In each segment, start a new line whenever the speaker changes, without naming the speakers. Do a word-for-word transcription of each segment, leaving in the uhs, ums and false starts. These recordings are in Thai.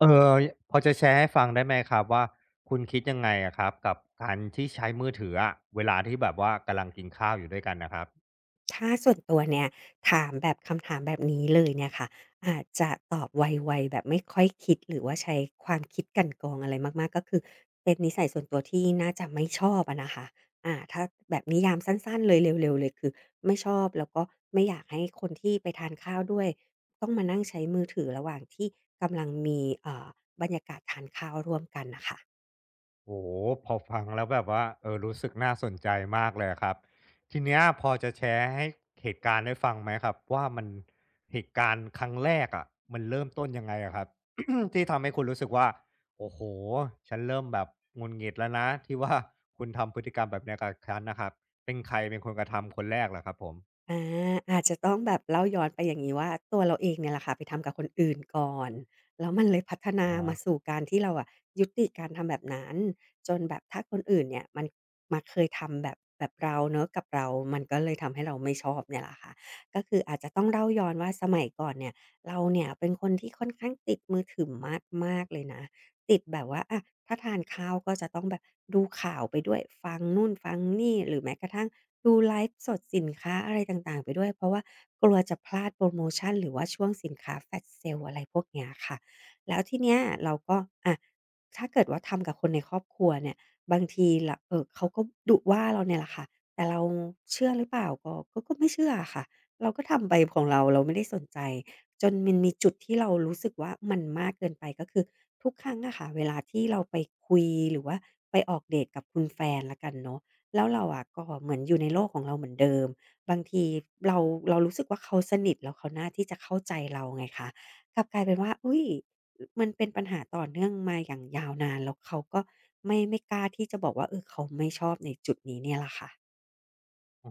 เออพอจะแชร์ให้ฟังได้ไหมครับว่าคุณคิดยังไงอะครับกับการที่ใช้มือถืออะเวลาที่แบบว่ากำลังกินข้าวอยู่ด้วยกันน่ะครับ
ถ้าส่วนตัวเนี่ยถามแบบคำถามแบบนี้เลยเนี่ยค่ะอาจจะตอบไวๆแบบไม่ค่อยคิดหรือว่าใช้ความคิดกลันกรองอะไรมากๆก็คือเป็นนิสัยส่วนตัวที่น่าจะไม่ชอบอะนะคะอ่าถ้าแบบนิยามสั้นๆเลยเร็วๆเลยคือไม่ชอบแล้วก็ไม่อยากให้คนที่ไปทานข้าวด้วยต้องมานั่งใช้มือถือระหว่างที่กำลังมีเอ่อบรรยากาศทานข้าวร่วมกันนะคะ
โอ้โฮพอฟังแล้วแบบว่าเออรู้สึกน่าสนใจมากเลยอะครับทีเนี้ยพอจะแชร์ให้เหตุการณ์ได้ฟังไหมครับว่ามันเหตุการณ์ครั้งแรกอะมันเริ่มต้นยังไงอะครับ ที่ทำให้คุณรู้สึกว่าโอ้โฮฉันเริ่มแบบหงุดหงิดแล้วนะที่ว่าคุณทำพฤติกรรมแบบเนี้ยกับฉันน่ะครับเป็นใครเป็นคนกระทำคนแรกเหรอครับผม
อาอาจจะต้องแบบเล่าย้อนไปอย่างงี้ว่าตัวเราเองเนี่ยแหละค่ะไปทำกับคนอื่นก่อนแล้วมันเลยพัฒนา
อะ
มา
ฮะ
สู่การที่เราอะยุติการทำแบบนั้นจนแบบถ้าคนอื่นเนี่ยมันมาเคยทำแบบแบบเราเนาะกับเรา มันก็เลยทำให้เราไม่ชอบเนี่ยแหละค่ะก็คืออาจจะต้องเล่าย้อนว่าสมัยก่อนเนี่ยเราเนี่ยเป็นคนที่ค่อนข้างติดมือถือมากๆเลยนะ ติดแบบว่าอะถ้าทานข้าวก็จะต้องแบบดูข่าวไปด้วย ฟังนู่นฟังนี่ หรือแม้กระทั่งดูไลฟ์สดสินค้าอะไรต่างๆไปด้วย เพราะว่ากลัวจะพลาดโปรโมชันหรือว่าช่วงสินค้าแ l a s h s l อะไรพวกเนี้ยค่ะแล้วทีเนี้ยเราก็อะถ้าเกิดว่าทำกับคนในครอบครัวเนี่ยบางทีละเออเขาก็ดุว่าเราเนี่ยแหละค่ะแต่เราเชื่อหรือเปล่า ก็ก็ก็ไม่เชื่อค่ะ เราก็ทำไปของเราเราไม่ได้สนใจ จนมันมีจุดที่เรารู้สึกว่ามันมากเกินไปก็คือทุกครั้งอะค่ะเวลาที่เราไปคุยหรือว่าไปออกเดตกับคุณแฟนแล้วกันเนาะแล้วเราอะก็เหมือนอยู่ในโลกของเราเหมือนเดิมบางทีเราเรารู้สึกว่าเขาสนิทแล้วเขาน่าที่จะเข้าใจเราไงคะกลับกลายเป็นว่าอุ๊ยมันเป็นปัญหาต่อเนื่องมาอย่างยาวนานแล้วเขาก็ไม่ไม่กล้าที่จะบอกว่าเออเขาไม่ชอบในจุดนี้เนี่ยล่ะค่ะ
อื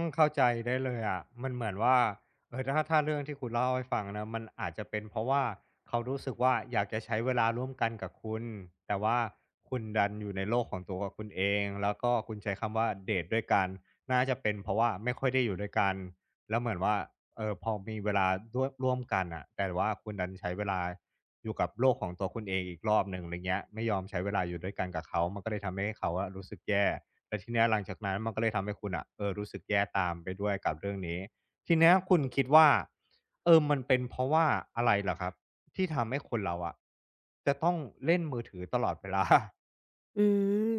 มเข้าใจได้เลยอะมันเหมือนว่าเออถ้าถ้าเรื่องที่คุณเล่าให้ฟังนะมันอาจจะเป็นเพราะว่าเขารู้สึกว่าอยากจะใช้เวลาร่วมกันกับคุณแต่ว่าคุณดันอยู่ในโลกของตัวคุณเองแล้วก็คุณใช้คำว่าเดทด้วยกันน่าจะเป็นเพราะว่าไม่ค่อยได้อยู่ด้วยกันแล้วเหมือนว่าเออพอมีเวลาร่วมร่วมกันอ่ะแต่ว่าคุณดันใช้เวลาอยู่กับโลกของตัวคุณเองอีกรอบหนึ่งอะไรเงี้ยไม่ยอมใช้เวลาอยู่ด้วยกันกับเขามันก็เลยทำให้เขาอะรู้สึกแย่ แล้วทีเนี้ยหลังจากนั้นมันก็เลยทำให้คุณอะเออรู้สึกแย่ตามไปด้วยกับเรื่องนี้ทีเนี้ยคุณคิดว่าเออมันเป็นเพราะว่าอะไรเหรอครับที่ทำให้คนเราอะจะต้องเล่นมือถือตลอดเวลา
อืม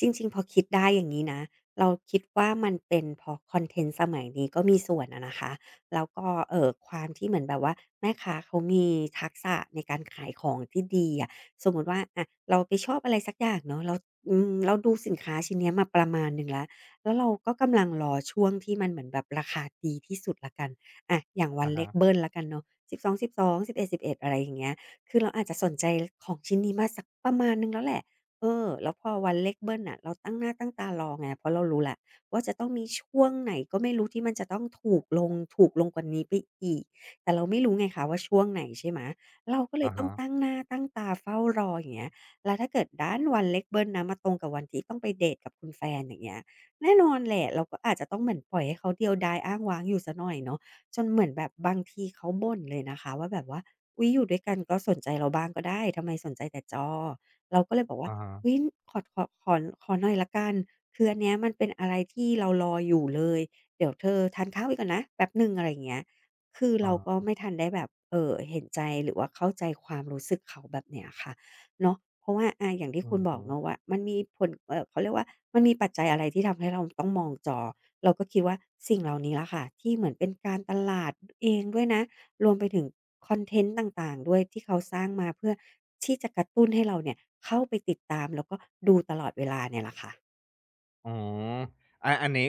จริงๆพอคิดได้อย่างนี้นะเราคิดว่ามันเป็นเพราะคอนเทนต์สมัยนี้ก็มีส่วนอะนะคะแล้วก็เอ่อความที่เหมือนแบบว่าแม่ค้าเขามีทักษะในการขายของที่ดีอะสมมุติว่าอะเราไปชอบอะไรสักอย่างเนาะเราอืมเราดูสินค้าชิ้นเนี้ยมาประมาณหนึ่งแล้วแล้วเราก็กำลังรอช่วงที่มันเหมือนแบบราคาดีที่สุดแล้วกันอะอย่างวัน
อะ
เล
ฮะ
ขเบิลแล้วกันเนาะสิบสองสิบสองสิบเอ็ดสิบเอ็ดอะไรอย่างเงี้ยคือเราอาจจะสนใจของชิ้นนี้มาสักประมาณหนึ่งแล้วแหละ เออแล้วพอวันเลขเบิ้ลน่ะเราตั้งหน้าตั้งตารอไงเพราะเรารู้แหละวว่าจะต้องมีช่วงไหนก็ไม่รู้ที่มันจะต้องถูกลงถูกลงกว่านี้ไปอีกแต่เราไม่รู้ไงคะว่าช่วงไหนใช่ไหมเราก็เลย
อะ
ต้อง
ฮะ
ตั้งหน้าตั้งตาเฝ้ารออย่างเงี้ยแล้วถ้าเกิดด้านวันเลขเบิ้ลนะมาตรงกับวันที่ต้องไปเดตกับคุณแฟนอย่างเงี้ยแน่นอนแหละเราก็อาจจะต้องเหมือนปล่อยให้เขาเดียวดายอ้างว้างอยู่เสียหน่อยเนาะจนเหมือนแบบบางทีเขาบ่นเลยนะคะว่าแบบว่าอุ๊ยอยู่ด้วยกันก็สนใจเราบ้างก็ได้ทำไมสนใจแต่จอ เราก็เลยบอกว่า
อะฮะ
เฮ้ยขอขอขอขอหน่อยละกันคืออันเนี้ยมันเป็นอะไรที่เรารออยู่เลย เดี๋ยวเธอทานข้าวไปก่อนนะแป๊บหนึ่งอะไรอย่างเงี้ยคือ
อะ
เราก็ไม่
ฮะ
ทันได้แบบเอ่อเห็นใจหรือว่าเข้าใจความรู้สึกเขาแบบเนี้ยค่ะเนาะเพราะว่าอาอย่างที่
อื
คุณ
อ
บอก
ฮึ
เนาะว่ามันมีผลเอ่อเขาเรียกว่ามันมีปัจจัยอะไรที่ทำให้เราต้องมองจอ เราก็คิดว่าสิ่งเหล่านี้แหละค่ะที่เหมือนเป็นการตลาดเองด้วยนะ รวมไปถึงคอนเทนต์ต่างๆด้วยที่เขาสร้างมาเพื่อที่จะกระตุ้นให้เราเนี่ยเข้าไปติดตามแล้วก็ดูตลอดเวลาเนี่ยแหละค่ะ
อ๋ออันอันนี้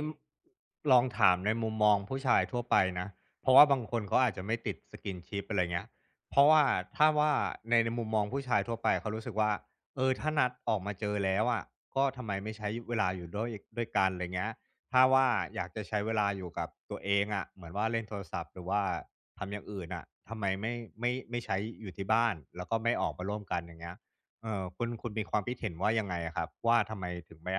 ลองถามในมุมมองผู้ชายทั่วไปนะ เพราะว่าบางคนเขาอาจจะไม่ติด Skinship อะไรเงี้ยเพราะว่าถ้าว่าในในมุมมองผู้ชายทั่วไปเขารู้สึกว่าเออถ้านัดออกมาเจอแล้วอะก็ทำไมไม่ใช้เวลาอยู่ด้วยด้วยกันไรเงี้ยถ้าว่าอยากจะใช้เวลาอยู่กับตัวเองอะเหมือนว่าเล่นโทรศัพท์หรือว่าทำอย่างอื่นน่ะทำไมไม่ไม่ไม่ใช้อยู่ที่บ้านแล้วก็ไม่ออกมาร่วมกันอย่างเงี้ยเอ่อคุณคุณมีความคิดเห็นว่ายังไงอะครับว่าทำไมถึงไม่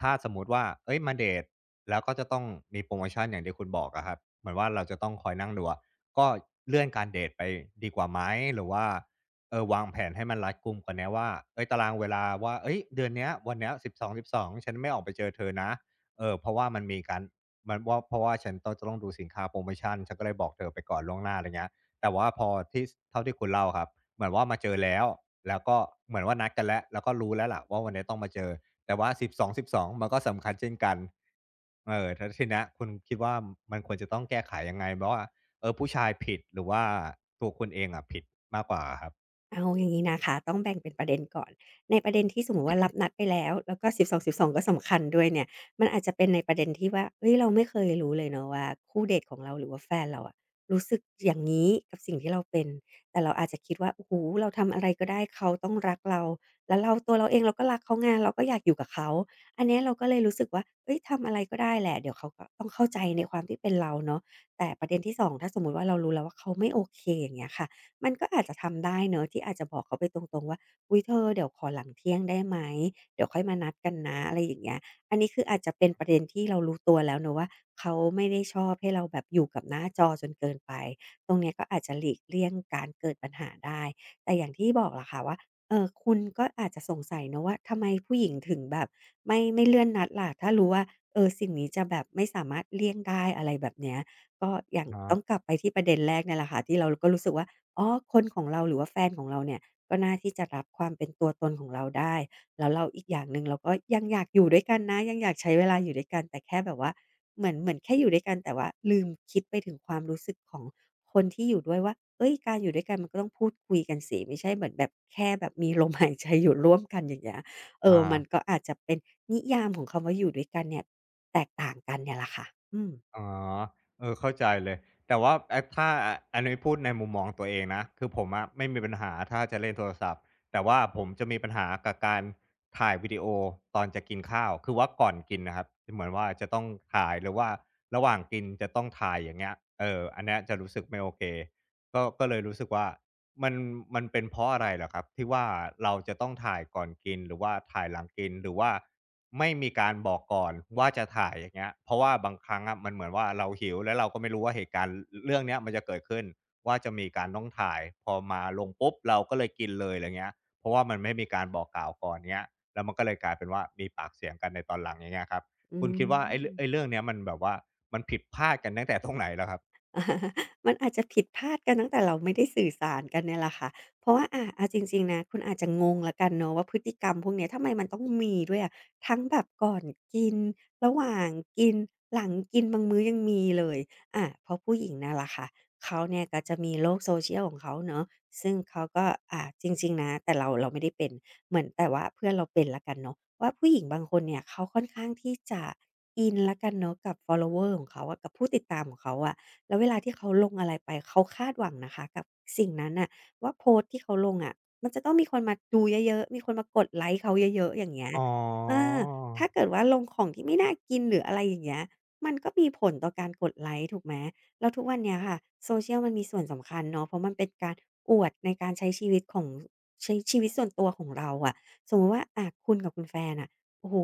ถ้าสมมุติว่าเอ้ยมาเดตแล้วก็จะต้องมีโพรโมชันอย่างที่คุณบอกอะครับเหมือนว่าเราจะต้องคอยนั่งดูอะก็เลื่อนการเดตไปดีกว่าไหมหรือว่าเออวางแผนให้มันรัดกุมกว่าเนี้ยว่าเฮ้ยตารางเวลาว่าเฮ้ยเดือนเนี้ยวันเนี้ยสิบสองสิบสองฉันไม่ออกไปเจอเธอนะเออเพราะว่ามันมีการมันว่าเพราะว่าฉันต้องจะต้องดูสินค้าโพรโมชันฉันก็เลยบอกเธอไปก่อนล่วงหน้าอะไรเงี้ยแต่ว่าพอที่สเท่าที่คุณเล่าครับเหมือนว่ามาเจอแล้วแล้วก็เหมือนว่านัดกันแล้วแล้วก็รู้แล้วล่ะว่าวันนี้ต้องมาเจอ แต่ว่าสสสิิบสองสิบสองมันก็สำคัญเช่นกัน เออแล้วทีเนี้ยคุณคิดว่ามันควรจะต้องแก้ไขยังไงเพราะว่าเออผู้ชายผิดหรือว่าตัวคุณเองอะผิดมากกว่าอะครับ
เอาอย่างงี้นะคะต้องแบ่งเป็นประเด็นก่อนในประเด็นที่สมมติว่ารับนัดไปแล้วแล้วก็สิบสอง สิบสองก็สำคัญด้วยเนี่ยมันอาจจะเป็นในประเด็นที่ว่าเฮ้ยเราไม่เคยรู้เลยเนาะว่าคู่เดตของเราหรือว่าแฟนเราอะรู้สึกอย่างนี้กับสิ่งที่เราเป็นแต่เราอาจจะคิดว่าโอ้โฮเราทำอะไรก็ได้เขาต้องรักเราแล้วเราตัวเราเองเราก็รักเขาไงเราก็อยากอยู่กับเขาอันเนี้ยเราก็เลยรู้สึกว่าเฮ้ยทำอะไรก็ได้แหละเดี๋ยวเขาก็ต้องเข้าใจในความที่เป็นเราเนาะแต่ประเด็นที่สองถ้าสมมุติว่าเรารู้แล้วว่าเขาไม่โอเคอย่างเงี้ยค่ะ มันก็อาจจะทำได้เนอะที่อาจจะบอกเขาไปตรงๆว่าอุ๊ยเธอเดี๋ยวขอหลังเที่ยงได้ไหมเดี๋ยวค่อยมานัดกันนะอะไรอย่างเงี้ยอันนี้คืออาจจะเป็นประเด็นที่เรารู้ตัวแล้วเนอะว่าเขาไม่ได้ชอบให้เราแบบอยู่กับหน้าจอจนเกินไปตรงเนี้ยก็อาจจะหลีกเลี่ยงการเกิดปัญหาได้แต่อย่างที่บอกล่ะค่ะว่าเออคุณก็อาจจะสงสัยเนอะว่าทำไมผู้หญิงถึงแบบไม่ไม่เลื่อนนัดล่ะถ้ารู้ว่าเออสิ่งนี้จะแบบไม่สามารถเลี่ยงได้อะไรแบบเนี้ยก็อย่าง
อะฮะ
ต้องกลับไปที่ประเด็นแรกเนี่ยแหละค่ะที่เราก็รู้สึกว่า อ๋อคนของเราหรือว่าแฟนของเราเนี่ยก็น่าที่จะรับความเป็นตัวตนของเราได้แล้วเราอีกอย่างหนึ่งเราก็ยังอยากอยู่ด้วยกันนะยังอยากใช้เวลาอยู่ด้วยกันแต่แค่แบบว่าเหมือนเหมือนแค่อยู่ด้วยกันแต่ว่าลืมคิดไปถึงความรู้สึกของคนที่อยู่ด้วยว่าเฮ้ยการอยู่ด้วยกันมันก็ต้องพูดคุยกันสิไม่ใช่เหมือนแบบแค่แบบมีลมหายใจอยู่ร่วมกันอย่างเงี้ยเออมัน
อา
ก็อาจจะเป็นนิยามของคำว่าอยู่ด้วยกันเนี่ยแตกต่างกันเนี่ยแหละค่ะอืม
อ๋อเออเข้าใจเลยแต่ว่าอะถ้าอะอันนี้พูดในมุมมองตัวเองนะคือผมอะไม่มีปัญหาถ้าจะเล่นโทรศัพท์แต่ว่าผมจะมีปัญหากับการถ่ายวิดีโอตอนจะกินข้าวคือว่าก่อนกินน่ะครับเหมือนว่าจะต้องถ่ายหรือว่าระหว่างกินจะต้องถ่ายอย่างเงี้ยเอออันเนี้ยจะรู้สึกไม่โอเคก็ก็เลยรู้สึกว่ามันมันเป็นเพราะอะไรเหรอครับที่ว่าเราจะต้องถ่ายก่อนกินหรือว่าถ่ายหลังกินหรือว่า ไม่มีการบอกก่อนว่าจะถ่ายอย่างเงี้ยเพราะว่าบางครั้งอะมันเหมือนว่าเราหิวแล้วเราก็ไม่รู้ว่าเหตุการณ์เรื่องเนี้ยมันจะเกิดขึ้นว่าจะมีการต้องถ่ายพอมาลงปุ๊บเราก็เลยกินเลยอะไรเงี้ยเพราะว่ามันไม่มีการบอกกล่าวก่อนเงี้ยแล้วมันก็เลยกลายเป็นว่ามีปากเสียงกันในตอนหลังอย่างเงี้ยครับ
อื
คุณ
ม
คิดว่าไอ้เรองไอ้เรื่องเนี้ยมันแบบว่ามันผิดพลาดกันตั้งแต่ตรงไหนเห้วครับ
มันอาจจะผิดพลาดกันตั้งแต่เราไม่ได้สื่อสารกันเนี่ยแหละค่ะเพราะว่าอ่ะเอาจริงๆนะคุณอาจจะงงแล้วกันเนาะว่าพฤติกรรมพวกเนี้ยทำไมมันต้องมีด้วยอะทั้งแบบก่อนกิน ระหว่างกิน หลังกินบางมื้อยังมีเลยอะเพราะผู้หญิงเนี่ยแหละค่ะเขาเนี่ยก็จะมีโลกโซเชียลของเขาเนาะซึ่งเขาก็อ่ะจริงๆนะแต่เราเราไม่ได้เป็นเหมือนแต่ว่าเพื่อนเราเป็นละกันเนาะว่าผู้หญิงบางคนเนี่ยเขาค่อนข้างที่จะอินละกันเนาะกับ follower ของเขาอะกับผู้ติดตามของเขาอะ แล้วเวลาที่เขาลงอะไรไปเขาคาดหวังนะคะกับสิ่งนั้นน่ะว่าโพสต์ที่เขาลงอะมันจะต้องมีคนมาดูเยอะๆมีคนมากดไลก์เขาเยอะๆอย่างเงี้ย
อ๋อ
อาถ้าเกิดว่าลงของที่ไม่น่ากินหรืออะไรอย่างเงี้ยมันก็มีผลต่อการกดไลก์ถูกไหมแล้วทุกวันเนี้ยค่ะ Social มันมีส่วนสำคัญเนาะเพราะมันเป็นการอวดในการใช้ชีวิตของใช้ชีวิตส่วนตัวของเราอะสมมุติว่าอะคุณกับคุณแฟนอะโอ้โฮ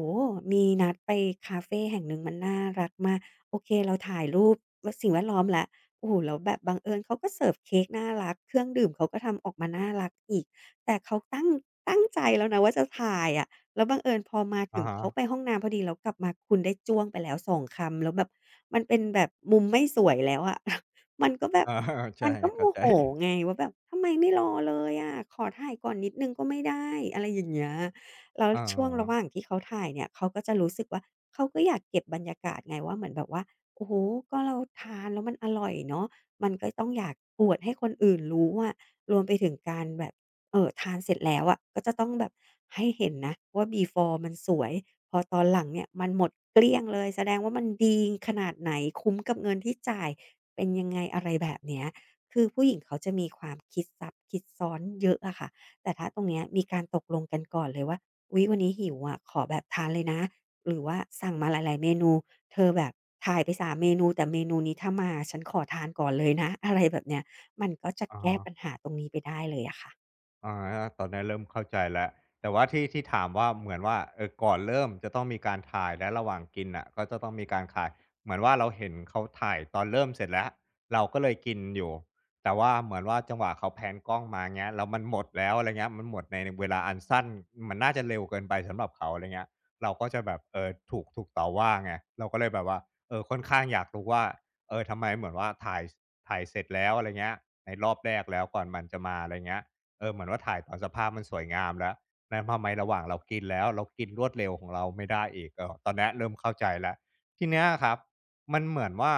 มีนัดไปคาเฟแห่งหนึ่งมันน่ารักมาก โอเคเราถ่ายรูปวสิ่งแวดล้อมแล้วโอ้โฮแล้วแบบบังเอิญเขาก็เสิร์ฟเค้กน่ารักเครื่องดื่มเขาก็ทำออกมาน่ารักอีกแต่เขาตั้งตั้งใจแล้วนะว่าจะถ่ายอะแล้วบังเอิญพอมาถึ
อะ
ง
ฮะ
เขาไปห้องน้ำพอดีแล้วกลับมาคุณได้จ้วงไปแล้วสองคำแล้วแบบมันเป็นแบบมุมไม่สวยแล้วอะ มันก็แบ
เอ
บ
อใช่
มันก็โม
เข้าใจ
โหไงว่าแบบทำไมไม่รอเลยอะขอถ่ายก่อนนิดหนึ่งก็ไม่ได้อะไรอย่างเงี้ย แล้ว
อ๋อ
ช่วงระหว่างที่เขาถ่ายเนี่ยเขาก็จะรู้สึกว่าเขาก็อยากเก็บบรรยากาศไงว่าเหมือนแบบว่าโอ้โฮก็เราทานแล้วมันอร่อยเนาะมันก็ต้องอยากอวดให้คนอื่นรู้อะรวมไปถึงการแบบเอ่อทานเสร็จแล้วอะก็จะต้องแบบให้เห็นนะว่า Before มันสวยพอตอนหลังเนี่ยมันหมดเกลี้ยงเลยแสดงว่ามันดีขนาดไหนคุ้มกับเงินที่จ่ายเป็นยังไงอะไรแบบเนี้ยคือผู้หญิงเขาจะมีความคิดซับคิดซ้อนเยอะอะค่ะแต่ถ้าตรงเนี้ยมีการตกลงกันก่อนเลยว่า อุ๊ยวันนี้หิวอะขอแบบทานเลยนะหรือว่าสั่งมาหลายๆเมนูเธอแบบถ่ายไปสามเมนูแต่เมนูนี้ถ้ามาฉันขอทานก่อนเลยนะอะไรแบบเนี้ยมันก็จะ
อะ
แก้
ฮะ
ปัญหาตรงนี้ไปได้เลยอะค่ะ
อาตอนนี้เริ่มเข้าใจแล้วแต่ว่าที่ที่ถามว่าเหมือนว่าเออก่อนเริ่มจะต้องมีการถ่ายและระหว่างกินน่ะก็จะต้องมีการถ่ายเหมือนว่าเราเห็นเขาถ่ายตอนเริ่มเสร็จแล้วเราก็เลยกินอยู่แต่ว่าเหมือนว่าจังหวะเขาแพนกล้องมาเงี้ยแล้วมันหมดแล้วอะไรเงี้ยมันหมดในเวลาอันสั้นมันน่าจะเร็วเกินไปสำหรับเขาอะไรเงี้ยเราก็จะแบบเออถูกถูกต่อว่าไงเราก็เลยแบบว่าเออค่อนข้างอยากรู้ว่าเออทำไมเหมือนว่าถ่ายถ่ายเสร็จแล้วอะไรเงี้ยในรอบแรกแล้วก่อนมันจะมาอะไรเงี้ย เออเหมือนว่าถ่ายตอนสภาพมันสวยงามแล้วนล้วทำไมระหว่างเรากินแล้วเรากินรวดเร็วของเราไม่ได้อีกเออตอนนี้เริ่มเข้าใจแล้วทีเนี้ยครับมันเหมือนว่า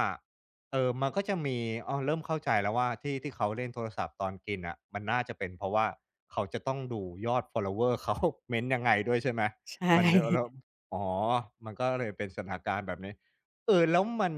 เออมันก็จะมีอ๋อเริ่มเข้าใจแล้วว่าที่ที่เขาเล่นโทรศัพท์ตอนกินอ่ะมันน่าจะเป็นเพราะว่าเขาจะต้องดูยอด ฟอลโลเวอร์ เขา เม้นยังไงด้วยใช่ไหม
ใช
มันแล้ว
่
อ๋อมันก็เลยเป็นสถานการณ์แบบนี้เออแล้วมัน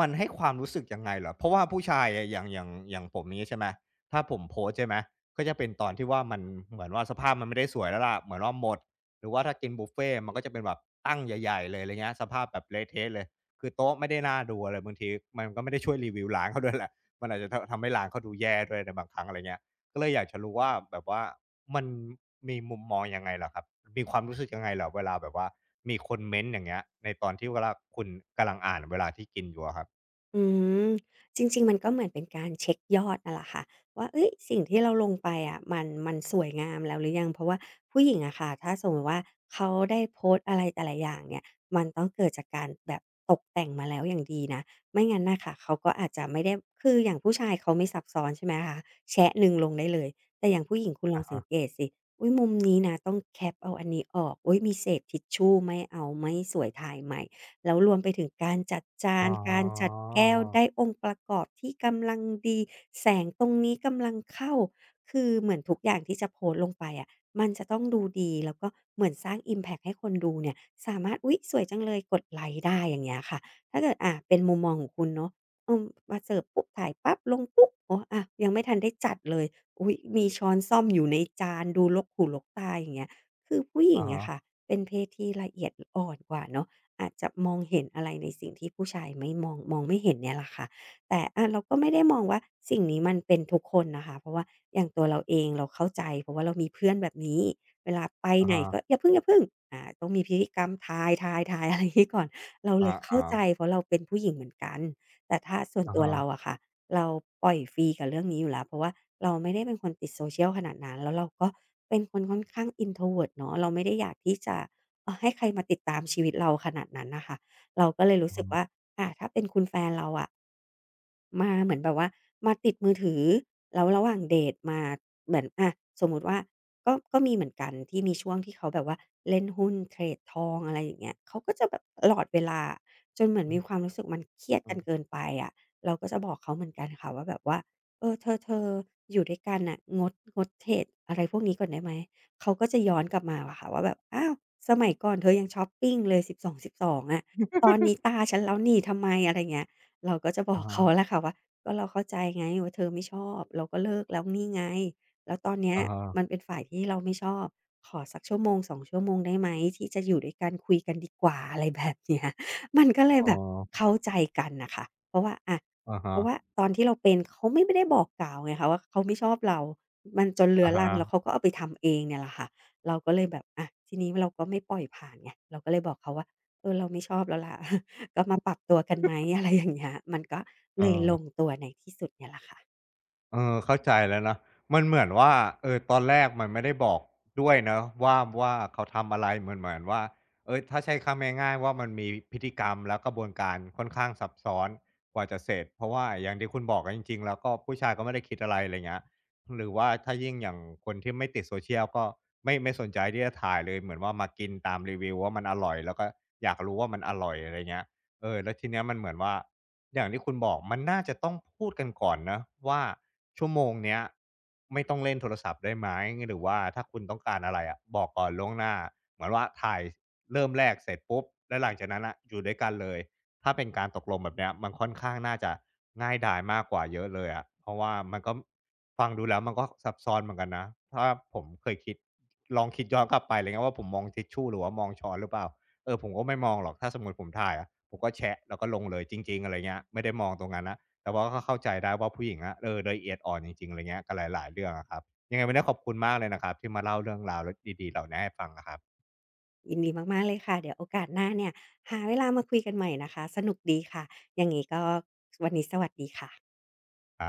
มันให้ความรู้สึกยังไงเหรอเพราะว่าผู้ชายอะอย่างอย่างอย่างผมนี้ใช่ไหมถ้าผมโพสต์ใช่ไหม ก็จะเป็นตอนที่ว่ามันเหมือนว่าสภาพมันไม่ได้สวยแล้วล่ะเหมือนว่าหมดหรือว่าถ้ากินบุฟเฟต์มันก็จะเป็นแบบตั้งใหญ่ๆเลยอะไรเงี้ยสภาพแบบเละเทะเลยคือโต๊ะไม่ได้น่าดูอะไรบางทีมันก็ไม่ได้ช่วยรีวิวร้านเขาด้วยแหละมันอาจจะททำให้ร้านเขาดูแย่ด้วยในบางครั้งอะไรเงี้ยก็เลยอยากจะรู้ว่าแบบว่ามันมีมุมมองยังไงเหรอครับมีความรู้สึกยังไงเหรอเวลาแบบว่ามีคนเม้นต์อย่างเงี้ยในตอนที่เวลาคุณกำลังอ่านเวลาที่กินอยู่อะครับ
อืมจริงๆมันก็เหมือนเป็นการเช็กยอดนั่นแหละค่ะว่าเฮ้ยสิ่งที่เราลงไปอะมันมันสวยงามแล้วหรือยังเพราะว่าผู้หญิงอะค่ะถ้าสมมุติว่าเขาได้โพสต์อะไรแต่ละอย่างเนี่ยมันต้องเกิดจากการแบบตกแต่งมาแล้วอย่างดีนะไม่งั้นน่ะค่ะเขาก็อาจจะไม่ได้คืออย่างผู้ชายเขาไม่ซับซ้อนใช่ไหมคะแชะหนึ่งลงได้เลยแต่อย่างผู้หญิงคุณลอง
อะ
สั
ฮะ
งเกตสิอุ๊ยมุมนี้นะต้องแคปเอาอันนี้ออกอุ๊ยมีเศษทิชชูไม่เอาไม่สวยถ่ายใหม่ แล้วรวมไปถึงการจัดจา
อ๋
น การจัด
อ
แก้ว ได้องค์ประกอบที่กำลังดี แสงตรงนี้กำลังเข้า คือเหมือนทุกอย่างที่จะโพสต์ลงไปอะมันจะต้องดูดี แล้วก็เหมือนสร้างอิมแพ็กให้คนดูเนี่ยสามารถอุ๊ยสวยจังเลยกดไลก์ได้อย่างเงี้ยค่ะถ้าเกิดอ่าเป็นมุมมองของคุณเนาะอืมมาเสิร์ฟปุ๊บถ่ายปั๊บลงปุ๊บโอ้อะยังไม่ทันได้จัดเลยอุ๊ยมีช้อนส้อมอยู่ในจานดูรกหูรกตาอย่างเงี้ยคือผู้หญิ
อะ
ง
ฮะ
อะค่ะเป็นเพศที่ละเอียดอ่อนกว่าเนาะ อาจจะมองเห็นอะไรในสิ่งที่ผู้ชายไม่มองมองไม่เห็นเนี่ยแหละค่ะแต่อะเราก็ไม่ได้มองว่าสิ่งนี้มันเป็นทุกคนนะคะเพราะว่าอย่างตัวเราเองเราเข้าใจเพราะว่าเรามีเพื่อนแบบนี้เวลาไป
อะ
ไหนก็
ฮะ
อย่าพึ่งๆอาต้องมีพิธีกรรมทายๆยทายอะไรอย่างนี้ก่อนเราเล
อะ
ยเข้า
ฮะ
ใจเพราะเราเป็นผู้หญิงเหมือนกัน แต่ถ้าส่วน
ๆอะ
ตัว
ฮะ
เราอะค่ะเราปล่อยฟรีกับเรื่องนี้อยู่แล้วเพราะว่าเราไม่ได้เป็นคนติด social ขนาดนั้นแล้วเราก็เป็นคนค่อนข้าง introvert เนาะเราไม่ได้อยากที่จะเอ่อให้ใครมาติดตามชีวิตเราขนาดนั้นน่ะค่ะเราก็เลยรู้
อะ
สึกว่า
ฮะ
อ่าถ้าเป็นคุณแฟนเราอะ มาเหมือนแบบว่ามาติดมือถือแล้วระหว่างเดตมาเหมือนอะสมมุติว่าก็ก็มีเหมือนกันที่มีช่วงที่เขาแบบว่าเล่นหุ้นเทรดทองอะไรอย่างเงี้ยเขาก็จะแบบตลอดเวลาจนเหมือนมีความ
อื
รู้สึกมันเครียดกันเกิ
ม
นไปอะเราก็จะบอกเขาเหมือนกันค่ะว่าแบบว่าเออเธอๆอยู่ด้วยกันน่ะงดงดเทรดอะไรพวกนี้ก่อนได้ไหมเขาก็จะย้อนกลับมาอะค่ะว่าแบบอ้าวสมัยก่อนเธอยังช็อปปิงเลยสิบสองจุดสิบสององสิบสองอะตอนนี้ตาฉันแล้วนี่ทำไมอะไรเงี้ย เราก็จะบอ
อะ
ก
ฮะ
เขาแล้วค่ะว่าก็เราเข้าใจไงว่าเธอไม่ชอบเราก็เลิกแล้วนี่ไงแล้วตอนเนี้ย
อะฮะ
มันเป็นฝ่ายที่เราไม่ชอบขอสักชั่วโมงสองชั่วโมงได้ไหมที่จะอยู่ด้วยกันคุยกันดีกว่าอะไรแบบเนี้ย มันก็เล
อ๋
ยแบบ
อ
เข้าใจกันน่ะค่ะเพราะว่าอะ
อะ
เพ
ฮะ
ราะว่าตอนที่เราเป็นเขาไม่ไม่ได้บอกกล่าวไงคะว่าเขาไม่ชอบเรามันจนเรื้
อะ
อรังแล้วเขา
ฮะ
ก็เอาไปทำเองเนี่ยแหละค่ะเราก็เลยแบบอะทีนี้เราก็ไม่ปล่อยผ่านไงเราก็เลยบอกเขาว่าเออเราไม่ชอบแล้วล่ะ ก็มาปรับตัวกันไหม อะไรอย่างเงี้ยมันก็
เอ
เลยล
อ
งตัวในที่สุดเนี่ยแหละค่ะ
เออเข้าใจแล้วนะมันเหมือนว่าเออตอนแรกมันไม่ได้บอกด้วยเนาะว่าว่าเขาทำอะไรเหมือนเหมือนว่าเฮ้ยถ้าใช้คำง่ายๆว่ามันมีพฤติกรรมและกระบวนการค่อนข้างซับซ้อนกว่าจะเสร็จเพราะว่าอย่างที่คุณบอกอะจริงๆแล้วก็ผู้ชายก็ไม่ได้คิดอะไรอะไรเงี้ยหรือว่าถ้ายิ่งอย่างคนที่ไม่ติด โซเชียล ก็ไม่ไม่สนใจที่จะถ่ายเลยเหมือนว่ามากินตามรีวิวว่ามันอร่อยแล้วก็อยากรู้ว่ามันอร่อยอะไรเงี้ยเออแล้วทีเนี้ยมันเหมือนว่า อย่างที่คุณบอกมันน่าจะต้องพูดกันก่อนนะว่าชั่วโมงเนี้ยไม่ต้องเล่นโทรศัพท์ได้ไหมหรือว่าถ้าคุณต้องการอะไรอะบอกก่อนล่วงหน้าเหมือนว่าถ่ายเริ่มแรกเสร็จปุ๊บแล้วหลังจากนั้นอ่ะอยู่ด้วยกันเลยถ้าเป็นการตกลงแบบเนี้ยมันค่อนข้างน่าจะง่ายดายมากกว่าเยอะเลยอะเพราะว่ามันก็ฟังดูแล้วมันก็ซับซ้อนเหมือนกันนะถ้าผมเคยคิดลองคิดย้อนกลับไปเลยนะว่าผมมองทิชชู่หรือว่ามองช้อนหรือเปล่า เออผมก็ไม่มองหรอกถ้าสมมุติผมถ่ายอะผมก็แชะแล้วก็ลงเลยจริงๆอะไรเงี้ยไม่ได้มองตรงนั้นนะแต่ว่าก็เข้าใจได้ว่าผู้หญิงอะเออละเอียดอ่อนจริงๆอะไรเงี้ยกับหลายๆเรื่องอะครับยังไงวันนี้ขอบคุณมากเลยนะครับที่มาเล่าเรื่องราวรดีๆเหล่านี้ให้ฟังอะครับ
ยินดีมากๆเลยค่ะเดี๋ยวโอกาสหน้าเนี่ยหาเวลามาคุยกันใหม่นะคะสนุกดีค่ะยังงี้ก็วันนี้สวัสดีค่ะ
ครับ